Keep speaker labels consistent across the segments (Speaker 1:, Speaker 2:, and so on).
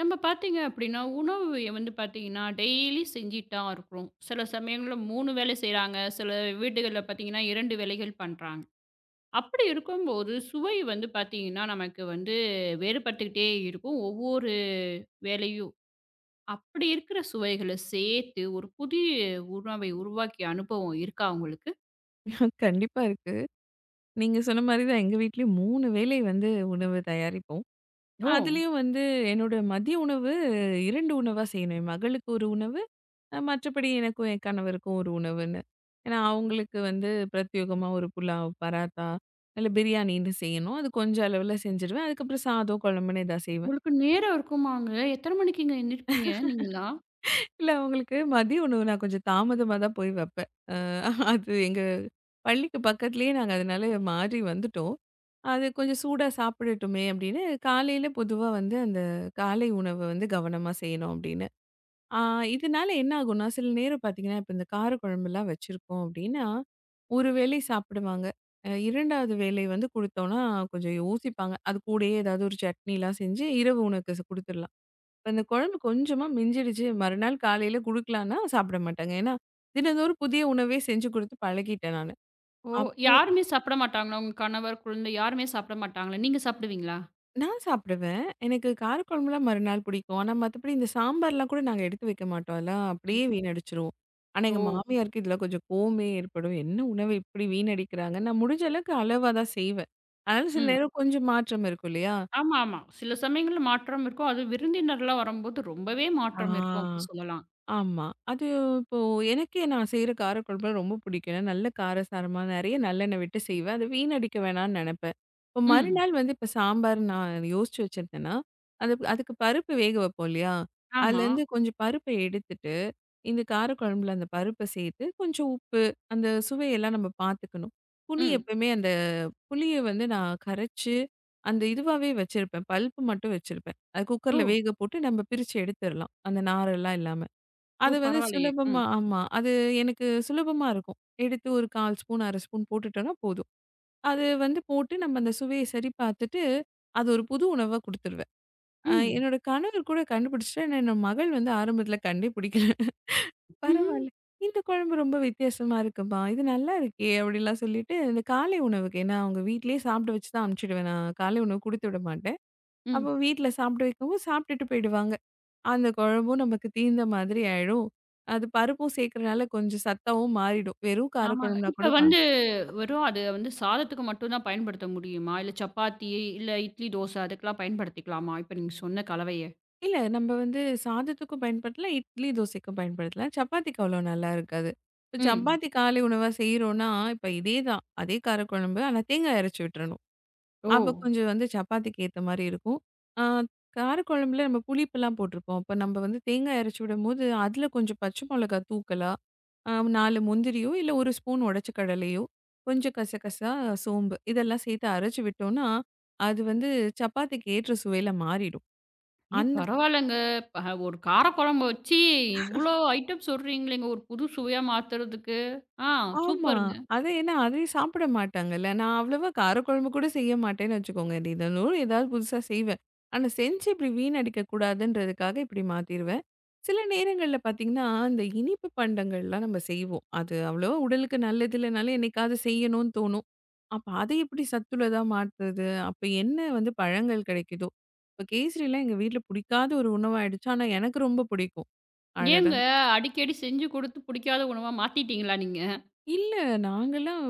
Speaker 1: நம்ம பார்த்தீங்க அப்படின்னா, உணவு வந்து பார்த்தீங்கன்னா, டெய்லி செஞ்சுட்டு தான் இருக்கிறோம். சில சமயங்கள்ல 3 வேளை செய்றாங்க. சில வீடுகள்ல பார்த்தீங்கன்னா, 2 வேளைகள் பண்றாங்க. அப்படி இருக்கும்போது, சுவை வந்து பார்த்தீங்கன்னா, நமக்கு வந்து வேறுபட்டுக்கிட்டே இருக்கும். ஒவ்வொரு வேளையும். அப்படி இருக்கிற சுவைகள சேர்த்து, ஒரு புதிய உணவை உருவாக்கிய அனுபவம் இருக்கா உங்களுக்கு?
Speaker 2: கண்டிப்பா இருக்கு. நீங்க சொன்ன மாரி தான் எங்க வீட்லயும் 3 வேளை வந்து உணவு தயாரிப்போம்.
Speaker 1: ஓ!
Speaker 2: அதுலயும் வந்து என்னோட மதிய உணவு 2 உணவா செய்யணும். என் மகளுக்கு ஒரு உணவு, மற்றபடி எனக்கும் என் கணவருக்கும் ஒரு உணவுன்னு. ஏன்னா, அவங்களுக்கு வந்து பிரத்யேகமா ஒரு புலாவ், பராத்தா, இல்ல பிரியாணின்னு செய்யணும். அது கொஞ்சம் அளவுல செஞ்சுருவேன். அதுக்கப்புறம் சாதம், குழம்புன்னு எதா செய்வேன்.
Speaker 1: உங்களுக்கு நேரம் இருக்குமாங்க? எத்தன மணிக்குங்க எந்திரிப்பீங்க நீங்கலாம்?
Speaker 2: இல்ல அவங்களுக்கு மதிய உணவு நான் கொஞ்சம் தாமதமா தான் போய் வைப்பேன். அது எங்க பள்ளிக்கு பக்கத்துலயே நாங்க அதனால மாறி வந்துட்டோம். அது கொஞ்சம் சூடா சாப்பிடட்டுமே அப்படின்னு, காலையில பொதுவா வந்து அந்த காலை உணவு வந்து கவனமா செய்யணும் அப்படின்னு. ஆ இதனால என்ன ஆகும்னா, சில நேரம் பார்த்தீங்கன்னா, இப்ப இந்த காரக்குழம்புலாம் வச்சிருக்கோம் அப்படின்னா, ஒரு வேளை சாப்பிடுவாங்க. 2வது வேளை வந்து குடுத்தோம்னா கொஞ்சம் யோசிப்பாங்க. அது கூடயே ஏதாவது ஒரு சட்னிலாம் செஞ்சு இரவு உணவுக்கு குடுத்துடலாம். இப்ப இந்த குழம்பு கொஞ்சமா மிஞ்சிடுச்சு மறுநாள் காலையில குடுக்கலான்னா சாப்பிட மாட்டாங்க. ஏன்னா, தினந்தோறும் புதிய உணவே செஞ்சு குடுத்து பழகிட்டேன் நானு.
Speaker 1: ஓ!
Speaker 2: அப்போ
Speaker 1: யாருமே சாப்பிட மாட்டாங்களா? உங்க கணவர், குழந்தை யாருமே சாப்பிட மாட்டாங்களா? நீங்க சாப்பிடுவீங்களா?
Speaker 2: நான் சாப்பிடுவேன். எனக்கு காரக்குழம்புலாம் மறுநாள் பிடிக்கும். ஆனா மத்தபடி இந்த சாம்பார்லாம் கூட நாங்க எடுத்து வைக்க மாட்டோம். அதெல்லாம் அப்படியே வீணடிச்சுருவோம். ஆனா
Speaker 1: ஓ!
Speaker 2: எங்க மாமியாருக்கு இதில கொஞ்சம் கோவமே ஏற்படும். என்ன உணவு இப்படி வீணடிக்கிறாங்க? நான் முடிஞ்ச அளவுக்கு அளவா தான் செய்வேன். அதனால சில
Speaker 1: ம்.
Speaker 2: நேரம் கொஞ்சம் மாற்றம் இருக்கும் இல்லையா?
Speaker 1: ஆமா, ஆமா. சில சமயங்கள்ல மாற்றம் இருக்கும். அதுவும் விருந்தினர்லாம் வரும்போது ரொம்பவே
Speaker 2: ஆ.
Speaker 1: மாற்றம் இருக்கும் அப்படி சொல்லலாம்.
Speaker 2: ஆமா. அது இப்போ எனக்கே நான் செய்ற காரக்குழம்புலாம் ரொம்ப பிடிக்கும். ஏன்னா நல்ல காரசாரமா நெறைய நல்லெண்ணெய் விட்டு செய்வேன். அது வீணடிக்க வேணான்னு நெனைப்பேன். இப்போ
Speaker 1: ம்.
Speaker 2: மறுநாள் வந்து இப்போ சாம்பார் நான் யோசிச்சு வச்சிருந்தேன்னா, அதுக்கு பருப்பு வேக வைப்போம் இல்லையா?
Speaker 1: ஆமா.
Speaker 2: அதுலேருந்து கொஞ்சம் பருப்ப எடுத்துட்டு, இந்த காரக்குழம்புல அந்த பருப்ப சேர்த்து, கொஞ்சம் உப்பு, அந்த சுவையெல்லாம் நம்ம பார்த்துக்கணும். புளி
Speaker 1: ம்.
Speaker 2: எப்பயுமே அந்த புளிய வந்து நான் கரைச்சு, அந்த இதுவாவே வச்சிருப்பேன். பல்ப்பு மட்டும் வச்சிருப்பேன். அது
Speaker 1: ஓ!
Speaker 2: குக்கர்ல வேக போட்டு நம்ம பிரிச்சு எடுத்துறலாம். அந்த நாரெல்லாம் இல்லாம.
Speaker 1: ஓ!
Speaker 2: அது வந்து
Speaker 1: பரவாயில்லையே!
Speaker 2: சுலபமா
Speaker 1: ம்.
Speaker 2: ஆமா. அது எனக்கு சுலபமா இருக்கும். எடுத்து ஒரு 1/4 ஸ்பூன், 1/2 ஸ்பூன் போட்டுட்டோம்னா போதும். அது வந்து போட்டு நம்ம அந்த சுவைய சரி பார்த்துட்டு, அது ஒரு புது உணவா குடுத்துருவேன்.
Speaker 1: ம்.
Speaker 2: என்னோட கணவர் கூட கண்டுபிடிச்சுட்டாரு. ஆனா என்னோட மகள் வந்து ஆரம்பத்தில கண்டே பிடிக்கல.
Speaker 1: ம்ஹ்ம்.
Speaker 2: பரவால்ல. இந்த குழம்பு ரொம்ப வித்தியாசமா இருக்கும்மா. இது நல்லா இருக்கே! அப்படிலாம் சொல்லிட்டு, இந்த காலை உணவுக்கு ஏன்னா அவங்க வீட்லயே சாப்பிட வச்சு தான் அனுப்பிச்சுடுவேன். நான் காலை உணவு குடுத்து விட மாட்டேன்.
Speaker 1: ம்.
Speaker 2: அப்போ வீட்ல சாப்பிட வைக்கவும் சாப்பிட்டுட்டு போயிடுவாங்க. அந்த குழம்பும் நமக்கு தீந்த மாதிரி ஆயிடும். அது பருப்பும் சேர்க்கிறனால கொஞ்சம் சத்தாவும் மாறிடும். வெறும்
Speaker 1: ஆமாங்க.
Speaker 2: காரக்குழம்புனா கூட
Speaker 1: இப்ப
Speaker 2: ப
Speaker 1: வந்து வெறும் அது வந்து சாதத்துக்கு மட்டும் தான் பயன்படுத்த முடியுமா? இல்ல சப்பாத்தி, இல்ல இட்லி, தோசை அதுக்கெல்லாம் பயன்படுத்திக்கலாமா? இப்ப நீங்க சொன்ன கலவைய?
Speaker 2: இல்ல நம்ம வந்து சாதத்துக்கும் பயன்படுத்தலாம், இட்லி, தோசைக்கும் பயன்படுத்தலாம். சப்பாத்திக்கு அவ்வளோ நல்லா இருக்காது. இப்ப
Speaker 1: ம்.
Speaker 2: சப்பாத்தி காலை உணவா செய்றோம்னா, இதே தான். அதே காரக்குழம்பு ஆனா தேங்காய் அரைச்சு விட்டுறணும்.
Speaker 1: ஓ!
Speaker 2: அப்ப கொஞ்சம் வந்து சப்பாத்திக்கு ஏத்த மாரி இருக்கும். ஆ காரக்குழம்புல நம்ம புளிப்புலாம் போட்டிருப்போம். அப்ப நம்ம வந்து தேங்காய் அரைச்சு விடும்போது, அதுல கொஞ்சம் பச்சை மிளகாய் தூக்கலா, அ 4 முந்திரியோ, இல்ல 1 ஸ்பூன் உடைச்ச கடலையோ, கொஞ்சம் கசகசா, சோம்பு இதெல்லாம் சேர்த்து அரைச்சு விட்டோம்னா, அது வந்து சப்பாத்திக்கு ஏற்ற சுவையில மாறிடும்.
Speaker 1: ஏ
Speaker 2: அந்த
Speaker 1: பரவாயில்லங்க. ப ஒரு காரக்குழம்பு வச்சு இவ்ளோ ஐட்டம் சொல்றீங்களேங்க, ஒரு புது சுவையா மாத்துறதுக்கு. ஆ
Speaker 2: ஆமா.
Speaker 1: சூப்பருங்க.
Speaker 2: அது ஏன்னா அதே சாப்பிட மாட்டாங்கல்ல. நான் அவ்வளவா காரக்குழம்பு கூட செய்ய மாட்டேன்னு வச்சுக்கோங்க. தினந்தோறும் ஏதாவது புதுசா செய்வேன். ஆனா செஞ்சு இப்படி வீணடிக்க கூடாதுன்றதுக்காக இப்படி மாத்திருவேன். சில நேரங்கள்ல பார்த்தீங்கன்னா, இந்த இனிப்பு பண்டங்கள்லாம் நம்ம செய்வோம். அது அவ்வளவா உடலுக்கு நல்லது இல்லனாலும் என்னைக்காவது செய்யணும்னு தோணும். அப்ப அதை எப்படி சத்துள்ளதா மாத்துறது? அப்ப என்ன வந்து பழங்கள் கிடைக்குதோ? இப்ப கேசரிலாம் எங்க வீட்ல பிடிக்காத ஒரு உணவாயிடுச்சு. ஆனா எனக்கு ரொம்ப பிடிக்கும். அடடா!
Speaker 1: ஏங்க அடிக்கடி செஞ்சு குடுத்து புடிக்காத உணவா மாத்திட்டீங்களா நீங்க?
Speaker 2: இல்ல. நாங்கலாம்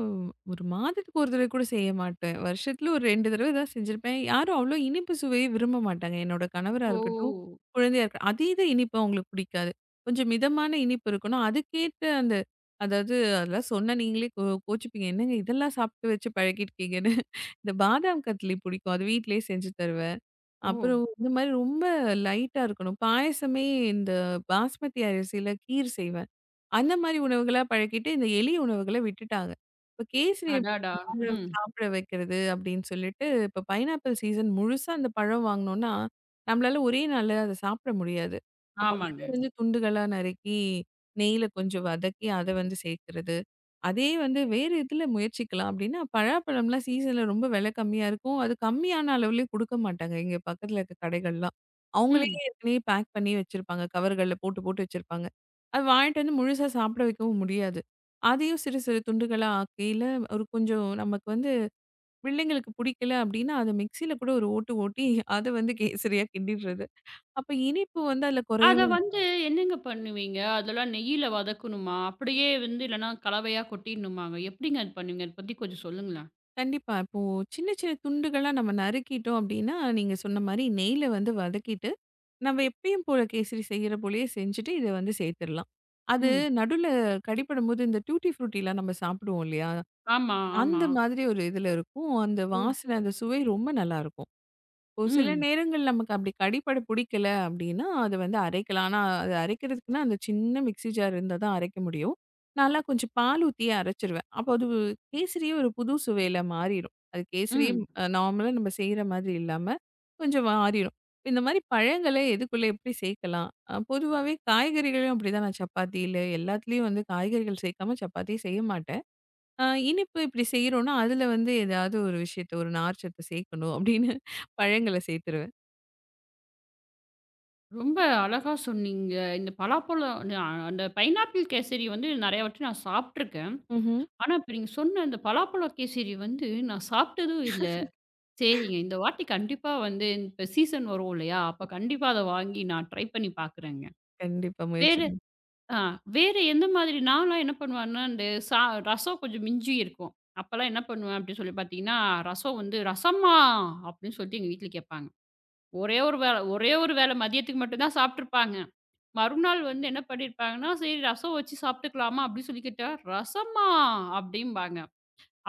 Speaker 2: ஒரு மாதத்துக்கு ஒரு தடவ கூட செய்ய மாட்டேன். வருஷத்துல ஒரு 2 தடவ தான் செஞ்சிருப்பேன். யாரும் அவ்ளோ இனிப்பு சுவையை விரும்ப மாட்டாங்க. என்னோட கணவரா இருக்கட்டும்,
Speaker 1: ஓ!
Speaker 2: குழந்தையா இருக்கட்டும். அதீத இனிப்பு அவங்களுக்கு பிடிக்காது. கொஞ்சம் மிதமான இனிப்பு இருக்கணும். அதுக்கேத்த அந்த அதாவது அதெல்லாம் சொன்னா நீங்களே கோச்சுப்பீங்க. என்னங்க இதெல்லாம் சாப்ட்டு வச்சு பழகியிருக்கீங்கன்னு. இந்த பாதாம் கத்லி பிடிக்கும். அது வீட்லயே செஞ்சு தருவேன்.
Speaker 1: ஓ!
Speaker 2: அப்புறம் இந்த மாரி ரொம்ப லைட்டா இருக்கணும். பாயசமே இந்த பாஸ்மதி அரிசியில கீர் செய்வேன். அந்த மாரி உணவுகளா பழக்கிட்டு, இந்த எளிய உணவுகள விட்டுட்டாங்க. இப்ப கேசரி எப்படி
Speaker 1: அடாடா!
Speaker 2: வாழ
Speaker 1: ம்.
Speaker 2: சாப்பிட வைக்கிறது அப்படின்னு சொல்லிட்டு, இப்ப பைனாப்பிள் சீசன் முழுசா அந்த பழம் வாங்குனோம்னா, நம்மளால ஒரே நாள்ல அத சாப்பிட முடியாது. அப்ப அத
Speaker 1: ஆமாங்க.
Speaker 2: வந்து துண்டுகளா நறுக்கி, நெய்யில கொஞ்சம் வதக்கி அத வந்து சேர்க்கிறது. அதே வந்து வேறு இதுல முயற்சிக்கலாம் அப்படின்னா, பலாப்பழம்லாம் சீசன்ல ரொம்ப விலை கம்மியா இருக்கும். அது கம்மியான அளவுலயே குடுக்க மாட்டாங்க. இங்க பக்கத்துல இருக்க கடைகள்லாம். அவங்களே
Speaker 1: ம்.
Speaker 2: ஏற்கனவே பேக் பண்ணி வச்சிருப்பாங்க. கவர்கள்ல போட்டு போட்டு வச்சிருப்பாங்க. அது வாங்கிட்டு வந்து முழுசா சாப்பிட வைக்கவும் முடியாது. அதையும் சிறு சிறு துண்டுகளா ஆக்கையில ஒரு கொஞ்சம் நமக்கு வந்து பிள்ளைங்களுக்கு பிடிக்கல அப்படின்னா, அத மிக்ஸியில கூட ஒரு ஓட்டு ஓட்டி அத வந்து கேசரியா கிண்டிடுறது. அப்ப இனிப்பு வந்து அதில
Speaker 1: அத
Speaker 2: குறையும்.
Speaker 1: வந்து என்னங்க பண்ணுவீங்க? அதெல்லாம் நெய்யில வதக்கணுமா? அப்படியே வந்து இல்லன்னா கலவையா கொட்டிடணுமாங்க? எப்படிங்க அது பண்ணுவீங்க? அத பத்தி கொஞ்சம் சொல்லுங்களேன்.
Speaker 2: கண்டிப்பா. இப்போ சின்ன சின்ன துண்டுகளா நம்ம நறுக்கிட்டோம் அப்படின்னா, நீங்க சொன்ன மாரி நெய்யில வந்து வதக்கிட்டு, நம்ம எப்பயும் போல கேசரி செய்யற போலயே செஞ்சுட்டு இத வந்து சேர்த்துரலாம். அது
Speaker 1: ம்.
Speaker 2: நடுவுல கடிப்படும்போது இந்த டூட்டி ஃப்ரூட்டிலாம் நம்ம சாப்பிடுவோம் இல்லையா?
Speaker 1: ஆமா,
Speaker 2: அந்த
Speaker 1: ஆமா.
Speaker 2: மாதிரி ஒரு இதில இருக்கும். அந்த
Speaker 1: ஓ!
Speaker 2: வாசனை, அந்த சுவை ரொம்ப நல்லாயிருக்கும். ஒரு சில
Speaker 1: ம்.
Speaker 2: நேரங்கள் நமக்கு அப்படி கடிப்பட பிடிக்கல அப்படின்னா, அது வந்து அரைக்கலாம். ஆனா, அது அரைக்கிறதுக்குன்னா அந்த சின்ன மிக்ஸி ஜார் இருந்தா தான் அரைக்க முடியும். நான்லாம் கொஞ்சம் பால் ஊத்தியே அரைச்சுருவேன். அப்போ அது கேசரியே ஒரு புது சுவையில மாறிரும். அது கேசரியே
Speaker 1: ம்.
Speaker 2: நார்மலா நம்ம செய்ற மாதிரி இல்லாம, கொஞ்சம் மாறிரும். இந்த மாதிரி பழங்கள எதுக்குள்ள எப்படி சேர்க்கலாம்? பொதுவாவே காய்கறிகளையும் அப்படிதான் நான் சப்பாத்தியில எல்லாத்துலயும் வந்து காய்கறிகள் சேர்க்காம சப்பாத்தி செய்ய மாட்டேன். இனிப்பு இப்படி செய்றோம்னா, அதுல வந்து ஏதாவது ஒரு விஷயத்த ஒரு நார்ச்சத்து சேர்க்கணும் அப்படின்னு பழங்கள சேர்த்துருவேன்.
Speaker 1: ரொம்ப அழகா சொன்னீங்க. இந்த பலாப்பழம் அந்த பைனாப்பிள் கேசரி வந்து நெறைய வாட்டி நான் சாப்ட்டுருக்கேன்.
Speaker 2: ம்ஹ்ம்.
Speaker 1: ஆனா இப்ப நீங்க சொன்ன அந்த பலாப்பழ கேசரி வந்து நான் சாப்ட்டதும் இல்ல. சரிங்க. இந்த வாட்டி கண்டிப்பா வந்து இப்ப சீசன் வரும் இல்லையா? அப்ப கண்டிப்பா அத வாங்கி நான் ட்ரை பண்ணி பார்க்குறேங்க.
Speaker 2: கண்டிப்பா முயற்சி
Speaker 1: வேறு
Speaker 2: பண்
Speaker 1: ஆ வேற எந்த மாதிரி நான்லாம் என்ன பண்ணுவேன்னா, இந்த சா ரசம் கொஞ்சம் மிஞ்சி இருக்கும். அப்பலாம் என்ன பண்ணுவேன் அப்படின்னு சொல்லி பார்த்தீங்கன்னா, ரசம் வந்து "ரசம்மா" அப்படின்னு சொல்லிட்டு எங்க வீட்ல கேட்பாங்க. ஒரே ஒரு வேள மதியத்துக்கு மட்டும் தான் சாப்ட்டுருப்பாங்க. மறுநாள் வந்து என்ன பண்ணியிருப்பாங்கன்னா, "சரி ரசம் வச்சு சாப்ட்டுக்கலாமா?" அப்படின்னு சொல்லி கேட்டா, "ரசம்மா" அப்படிம்பாங்க.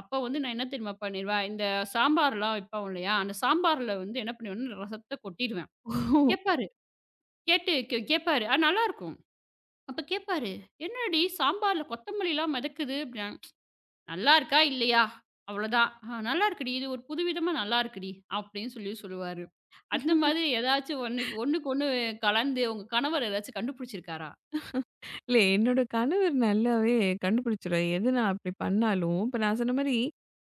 Speaker 1: அப்ப வந்து நான் என்ன தெரியுமா பண்ணிருவேன், இந்த சாம்பார்லாம் வைப்போம் இல்லையா? அந்த சாம்பார்ல வந்து என்ன பண்ணுவேன்னா, ரசத்த கொட்டிருவேன்.
Speaker 2: ஓ!
Speaker 1: கேட்பாரு. கேட்டு கேட்பாரு. ஆ நல்லாருக்கும். அப்ப கேட்பாரு, "என்னடி சாம்பார்ல கொத்தமல்லிலாம் மிதக்குது" அப்படின்னா, "நல்லா இருக்கா? இல்லையா? அவ்வளோதான். ஆ நல்லா இருக்குடி. இது ஒரு புதுவிதமா நல்லா இருக்குடி" அப்படின்னு சொல்லி சொல்லுவாரு. அந்த மாதிரி ஏதாச்சும் ஒன்னுக்கு ஒண்ணுக்கு ஒண்ணு கலந்து உங்க கணவர் ஏதாச்சும் கண்டுபிடிச்சிருக்காரா?
Speaker 2: இல்ல என்னோட கணவர் நல்லாவே கண்டுபிடிச்சுருவாரு. எது நான் அப்படி பண்ணாலும், இப்ப நான் சொன்ன மாரி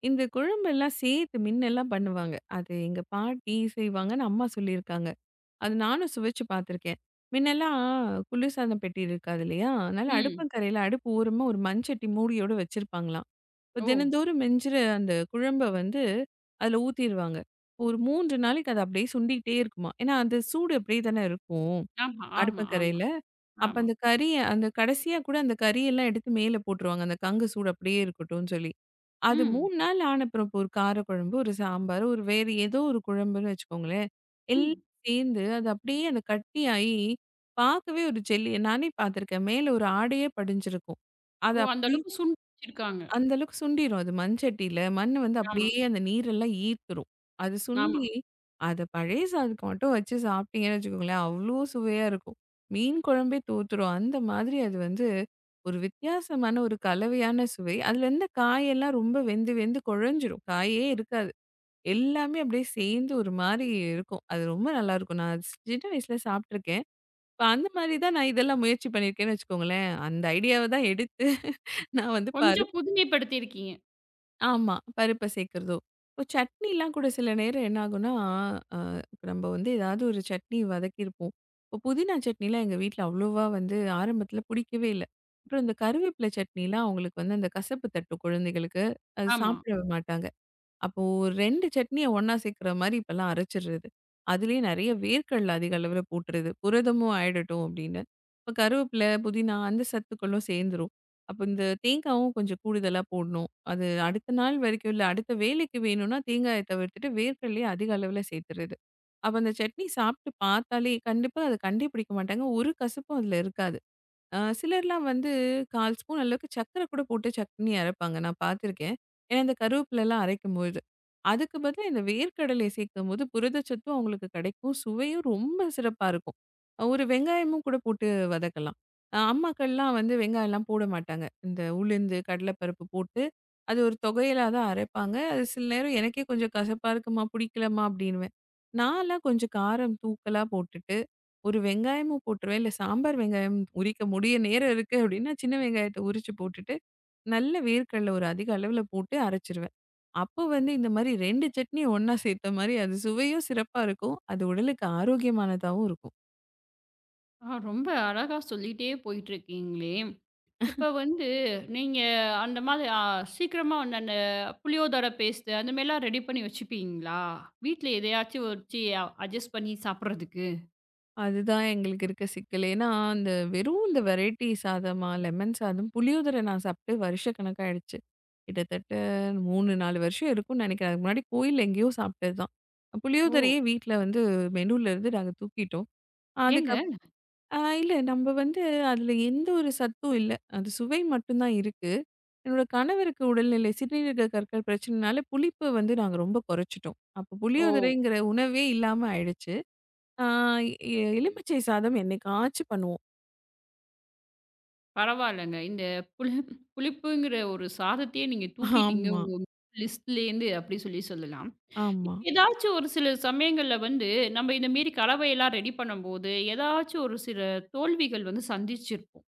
Speaker 2: இந்த குழம்பெல்லாம் சேர்த்து மின்னெல்லாம் பண்ணுவாங்க. அது எங்க பாட்டி செய்வாங்கன்னு அம்மா சொல்லியிருக்காங்க. அது நானும் சுவைச்சு பார்த்துருக்கேன். முன்னெல்லாம் குளிர்சாதன பெட்டி இருக்காது இல்லையா? அதனால
Speaker 1: ம்.
Speaker 2: அடுப்பங்கரையில அடுப்பு ஓரமா ஒரு மண்சட்டி மூடியோட வச்சிருப்பாங்களாம். இப்ப
Speaker 1: ஓ!
Speaker 2: தினந்தோறும் மிஞ்சுற அந்த குழம்ப வந்து அதில ஊத்திருவாங்க. ஒரு 3 நாளைக்கு அது அப்படியே சுண்டிக்கிட்டே இருக்குமா. ஏன்னா, அந்த சூடு அப்படியே தானே இருக்கும்.
Speaker 1: ஆமா, ஆமா, ஆமா,
Speaker 2: அடுப்பக்கரையில. அப்ப
Speaker 1: ஆமா.
Speaker 2: அந்த கறிய அந்த கடைசியா கூட அந்த கறியெல்லாம் எடுத்து மேல போட்டுருவாங்க. அந்த கங்கு சூடு அப்படியே இருக்கட்டும்னு சொல்லி. அது
Speaker 1: ம்,
Speaker 2: 3 நாள் ஆன அப்புறம் இப்போ ஒரு காரக்குழம்பு, ஒரு சாம்பார், ஒரு வேறு ஏதோ ஒரு குழம்புன்னு வச்சுக்கோங்களேன்.
Speaker 1: ம்.
Speaker 2: எல்லாம் சேர்ந்து அது அப்படியே அந்த கட்டியாயி பார்க்கவே ஒரு ஜெல்லி நானே பார்த்துருக்கேன். மேல ஒரு ஆடையே படிஞ்சிருக்கும். அது
Speaker 1: ஓ! அந்த
Speaker 2: அப்படியே
Speaker 1: அளவுக்கு சுண்டி வச்சிருக்காங்க.
Speaker 2: அந்த அளவுக்கு சுண்டிரும். அது மண்சட்டியில மண் வந்து
Speaker 1: ஆமா,
Speaker 2: அப்படியே அந்த நீரெல்லாம் ஈர்த்துரும். அது
Speaker 1: ஆமா.
Speaker 2: சுண்டி அத பழைய சாதத்துக்கு மட்டும் வச்சு சாப்பிட்டீங்கன்னு வச்சுக்கோங்களேன், அவ்ளோ சுவையா இருக்கும். மீன் குழம்பே தூத்துரும். அந்த மாதிரி அது வந்து ஒரு வித்தியாசமான ஒரு கலவையான சுவை. அதுல இருந்த காயெல்லாம் ரொம்ப வெந்து வெந்து குழஞ்சிரும். காயே இருக்காது. எல்லாமே அப்படியே சேர்ந்து ஒரு மாரி இருக்கும். அது ரொம்ப நல்லாயிருக்கும். நான் அது சின்ன வயசுல சாப்பிட்டுருக்கேன். இப்ப அந்த மாரி தான் நான் இதெல்லாம் முயற்சி பண்ணியிருக்கேன்னு வச்சுக்கோங்களேன். அந்த ஐடியாவ தான் எடுத்து நான் வந்து பரு
Speaker 1: கொஞ்சம் புதுமைப்படுத்தியிருக்கீங்க.
Speaker 2: ஆமா. பருப்ப சேர்க்கிறதோ! இப்போ சட்னிலாம் கூட சில நேரம் என்ன ஆகும்னா, அ இப்ப நம்ம வந்து ஏதாவது ஒரு சட்னி வதக்கியிருப்போம். இப்போ புதினா சட்னிலாம் எங்க வீட்ல அவ்வளோவா வந்து ஆரம்பத்தில பிடிக்கவே இல்ல. அப்புறம் இந்த கருவேப்பிலை சட்னிலாம் அவங்களுக்கு வந்து அந்த கசப்பு தட்டும் குழந்தைகளுக்கு. அது
Speaker 1: ஆமா.
Speaker 2: சாப்பிட மாட்டாங்க. அப்போ 2 சட்னிய ஒண்ணா சேர்க்கிற மாரி இப்பல்லாம் அரைச்சிடுறது. அதிலேயே நெறைய வேர்க்கடல அதிக அளவுல போட்டுறது. புரதமும் ஆயிடட்டும் அப்படின்னு. இப்ப கருவேப்பில, புதினா அந்த சத்துக்களும் சேர்ந்துரும். அப்போ இந்த தேங்காவும் கொஞ்சம் கூடுதலா போடணும். அது அடுத்த நாள் வரைக்கும் இல்ல, அடுத்த வேலைக்கு வேணும்னா தேங்காய தவிர்த்துட்டு வேர்க்கடலைய அதிக அளவுல சேர்த்துறது. அப்ப அந்த சட்னி சாப்பிட்டு பார்த்தாலே கண்டிப்பா அத கண்டே பிடிக்க மாட்டாங்க. ஒரு கசப்பும் அதில இருக்காது. சிலர்லாம் வந்து 1/4 ஸ்பூன் அளவுக்கு சர்க்கரை கூட போட்டு சட்னி அரைப்பாங்க. நான் பார்த்துருக்கேன். ஏன்னா, இந்த கருவேப்பிலலாம் அரைக்கும்போது. அதுக்கு பதிலா இந்த வேர்க்கடலை சேர்க்கும்போது புரதச்சத்தும் அவங்களுக்கு கிடைக்கும். சுவையும் ரொம்ப சிறப்பா இருக்கும். ஒரு வெங்காயமும் கூட போட்டு வதக்கலாம். அம்மாக்கள்லாம் வந்து வெங்காயம்லாம் போட மாட்டாங்க. இந்த உளுந்து, கடலைப்பருப்பு போட்டு அது ஒரு தொகையலா தான் அரைப்பாங்க. அது சில நேரம் எனக்கே கொஞ்சம் கசப்பா இருக்குமா, பிடிக்கலம்மா அப்படின்னுவேன். நான்லாம் கொஞ்சம் காரம் தூக்கலா போட்டுட்டு ஒரு வெங்காயமும் போட்டுருவேன். இல்ல சாம்பார் வெங்காயம் உரிக்க முடிய நேரம் இருக்கு அப்டின்னா, சின்ன வெங்காயத்த உரிச்சு போட்டுட்டு, நல்ல வேர்க்கடல ஒரு அதிக அளவுல போட்டு அரைச்சுருவேன். அப்போ வந்து இந்த மாரி 2 சட்னி ஒண்ணா சேர்த்த மாரி அது சுவையும் சிறப்பா இருக்கும். அது உடலுக்கு ஆரோக்கியமானதாவும் இருக்கும்.
Speaker 1: ஆ ரொம்ப அழகா சொல்லிட்டே போயிட்டுருக்கீங்களே! இப்ப வந்து நீங்க அந்த மாதிரி சீக்கிரமா வந்து அந்த புளியோதரை பேஸ்ட் அந்த மாரிலாம் ரெடி பண்ணி வச்சுப்பீங்களா? வீட்ல எதையாச்சும் வச்சு அட்ஜஸ்ட் பண்ணி சாப்பிடுறதுக்கு?
Speaker 2: அதுதான் எங்களுக்கு இருக்க சிக்கல். ஏன்னா, அந்த வெறும் இந்த வெரைட்டி சாதமா, லெமன் சாதம், புளியோதரை நான் சாப்ட்டு வருஷக்கணக்கா ஆயிடுச்சு. கிட்டத்தட்ட 3, 4 வருஷம் இருக்கும்னு நெனைக்கிறேன். அதுக்கு முன்னாடி கோயில்ல எங்கேயோ சாப்ட்டது தான்.
Speaker 1: ஓ!
Speaker 2: புளியோதரையே வீட்ல வந்து மெனுலருந்து நாங்க தூக்கிட்டோம்.
Speaker 1: ஏங்க?
Speaker 2: அதுக்கப் ஆ இல்ல நம்ம வந்து அதுல எந்த ஒரு சத்தும் இல்ல. அது சுவை மட்டும் தான் இருக்கு. என்னோட கணவருக்கு உடல்நிலை சிறுநீரக கற்கள் பிரச்சனைனால புளிப்பு வந்து நாங்க ரொம்ப குறைச்சுட்டோம். அப்ப
Speaker 1: ஓ!
Speaker 2: புளியோதரைங்கிற உணவே இல்லாம ஆயிடுச்சு. ஆ எலுமிச்சை சாதம் என்னைக்காச்சும் பண்ணுவோம்.
Speaker 1: பரவால்லங்க. இந்த புளி புளிப்புங்கிற ஒரு சாதத்தையே நீங்க தூக்கிட்டீங்க
Speaker 2: ஆமா,
Speaker 1: உங்க லிஸ்ட்லேருந்து அப்டி சொல்லி சொல்லலாம். இப்ப
Speaker 2: ஆமா.
Speaker 1: ஏதாச்சும் ஒரு சில சமயங்கள்ல வந்து, நம்ம இந்த மேரி கலவையெல்லாம் ரெடி பண்ணும்போது, ஏதாச்சும் ஒரு சில தோல்விகள் வந்து சந்திச்சிருப்போம்.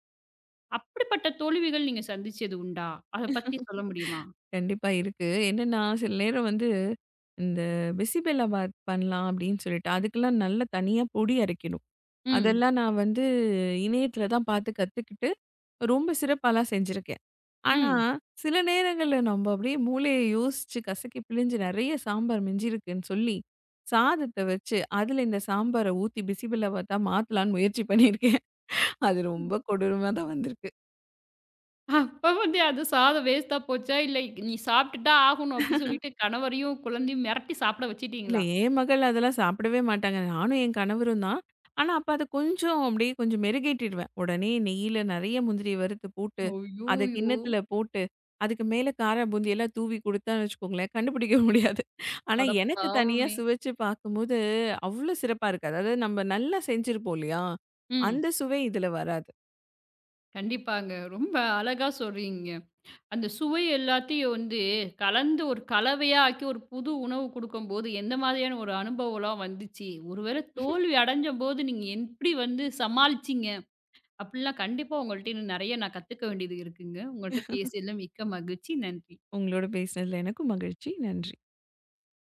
Speaker 1: அப்படிப்பட்ட தோல்விகள் நீங்க சந்திச்சது உண்டா? அத பத்தி சொல்ல முடியுமா?
Speaker 2: கண்டிப்பா இருக்கு. என்னன்னா சில நேரம் வந்து இந்த பிசிபெல்லா பாத் பண்ணலாம் அப்படின்னு சொல்லிட்டு, அதுக்கெல்லாம் நல்லா தனியா பொடி அரைக்கணும்.
Speaker 1: ம்.
Speaker 2: அதெல்லாம் நான் வந்து இணையத்துல தான் பார்த்து கத்துக்கிட்டு, ரொம்ப சிறப்பாலாம் செஞ்சிருக்கேன். ஆனா,
Speaker 1: ம்.
Speaker 2: சில நேரங்கள்ல நம்ம அப்படியே மூளைய யோசிச்சு, கசக்கி பிழிஞ்சு நெறைய சாம்பார் மிஞ்சிருக்குன்னு சொல்லி, சாதத்த வச்சு அதுல இந்த சாம்பார ஊத்தி பிசிபெல்லா பார்த்தா மாத்தலான்னு முயற்சி பண்ணியிருக்கேன். அது ரொம்ப கொடூரமா தான் வந்திருக்கு.
Speaker 1: அப்ப வந்து அது சாதம் வேஸ்ட்டா போச்சா? இல்ல நீ சாப்பிட்டு தான் ஆகணும் அப்படி சொல்லிட்டு கணவரையும், குழந்தையும் மிரட்டி சாப்பிட
Speaker 2: இல்ல
Speaker 1: வச்சுட்டீங்களா?
Speaker 2: என் மகள் அதெல்லாம் சாப்பிடவே மாட்டாங்க. நானும் என் கணவரும் தான். ஆனா, அப்ப அத கொஞ்சம் அப்படியே கொஞ்சம் மெருகேட்டிடுவேன். உடனே நெய்யில நெறைய முந்திரிய வறுத்து போட்டு, அத
Speaker 1: ஐய்யயோ!
Speaker 2: கிண்ணத்துல போட்டு, அதுக்கு மேல கார பூந்தியெல்லாம் தூவி குடுத்தான்னு வச்சுக்கோங்களேன், கண்டுபிடிக்க முடியாது. ஆனா,
Speaker 1: அட
Speaker 2: எனக்கு தனியா
Speaker 1: பாவமே!
Speaker 2: சுவைச்சு பார்க்கும்போது அவ்ளோ சிறப்பா இருக்காது. அதாவது நம்ம நல்லா செஞ்சிருப்போம் இல்லையா?
Speaker 1: ம்.
Speaker 2: அந்த சுவை இதுல வராது.
Speaker 1: கண்டிப்பாங்க. ரொம்ப அழகா சொல்றீங்க. அந்த சுவை எல்லாத்தையும் வந்து கலந்து ஒரு கலவையா ஆக்கி ஒரு புது உணவு குடுக்கும்போது, எந்த மாதிரியான ஒரு அனுபவம்லாம் வந்துச்சு? ஒருவேளை தோல்வி அடைஞ்சபோது நீங்க எப்படி வந்து சமாளிச்சீங்க? அப்படிலாம் கண்டிப்பா உங்கள்ட்ட இன்னும் நெறைய நான் கத்துக்க வேண்டியது இருக்குங்க. உங்கள்ட்ட பேசியதில மிக்க மகிழ்ச்சி. நன்றி.
Speaker 2: உங்களோட பேசினதுல எனக்கும் மகிழ்ச்சி. நன்றி.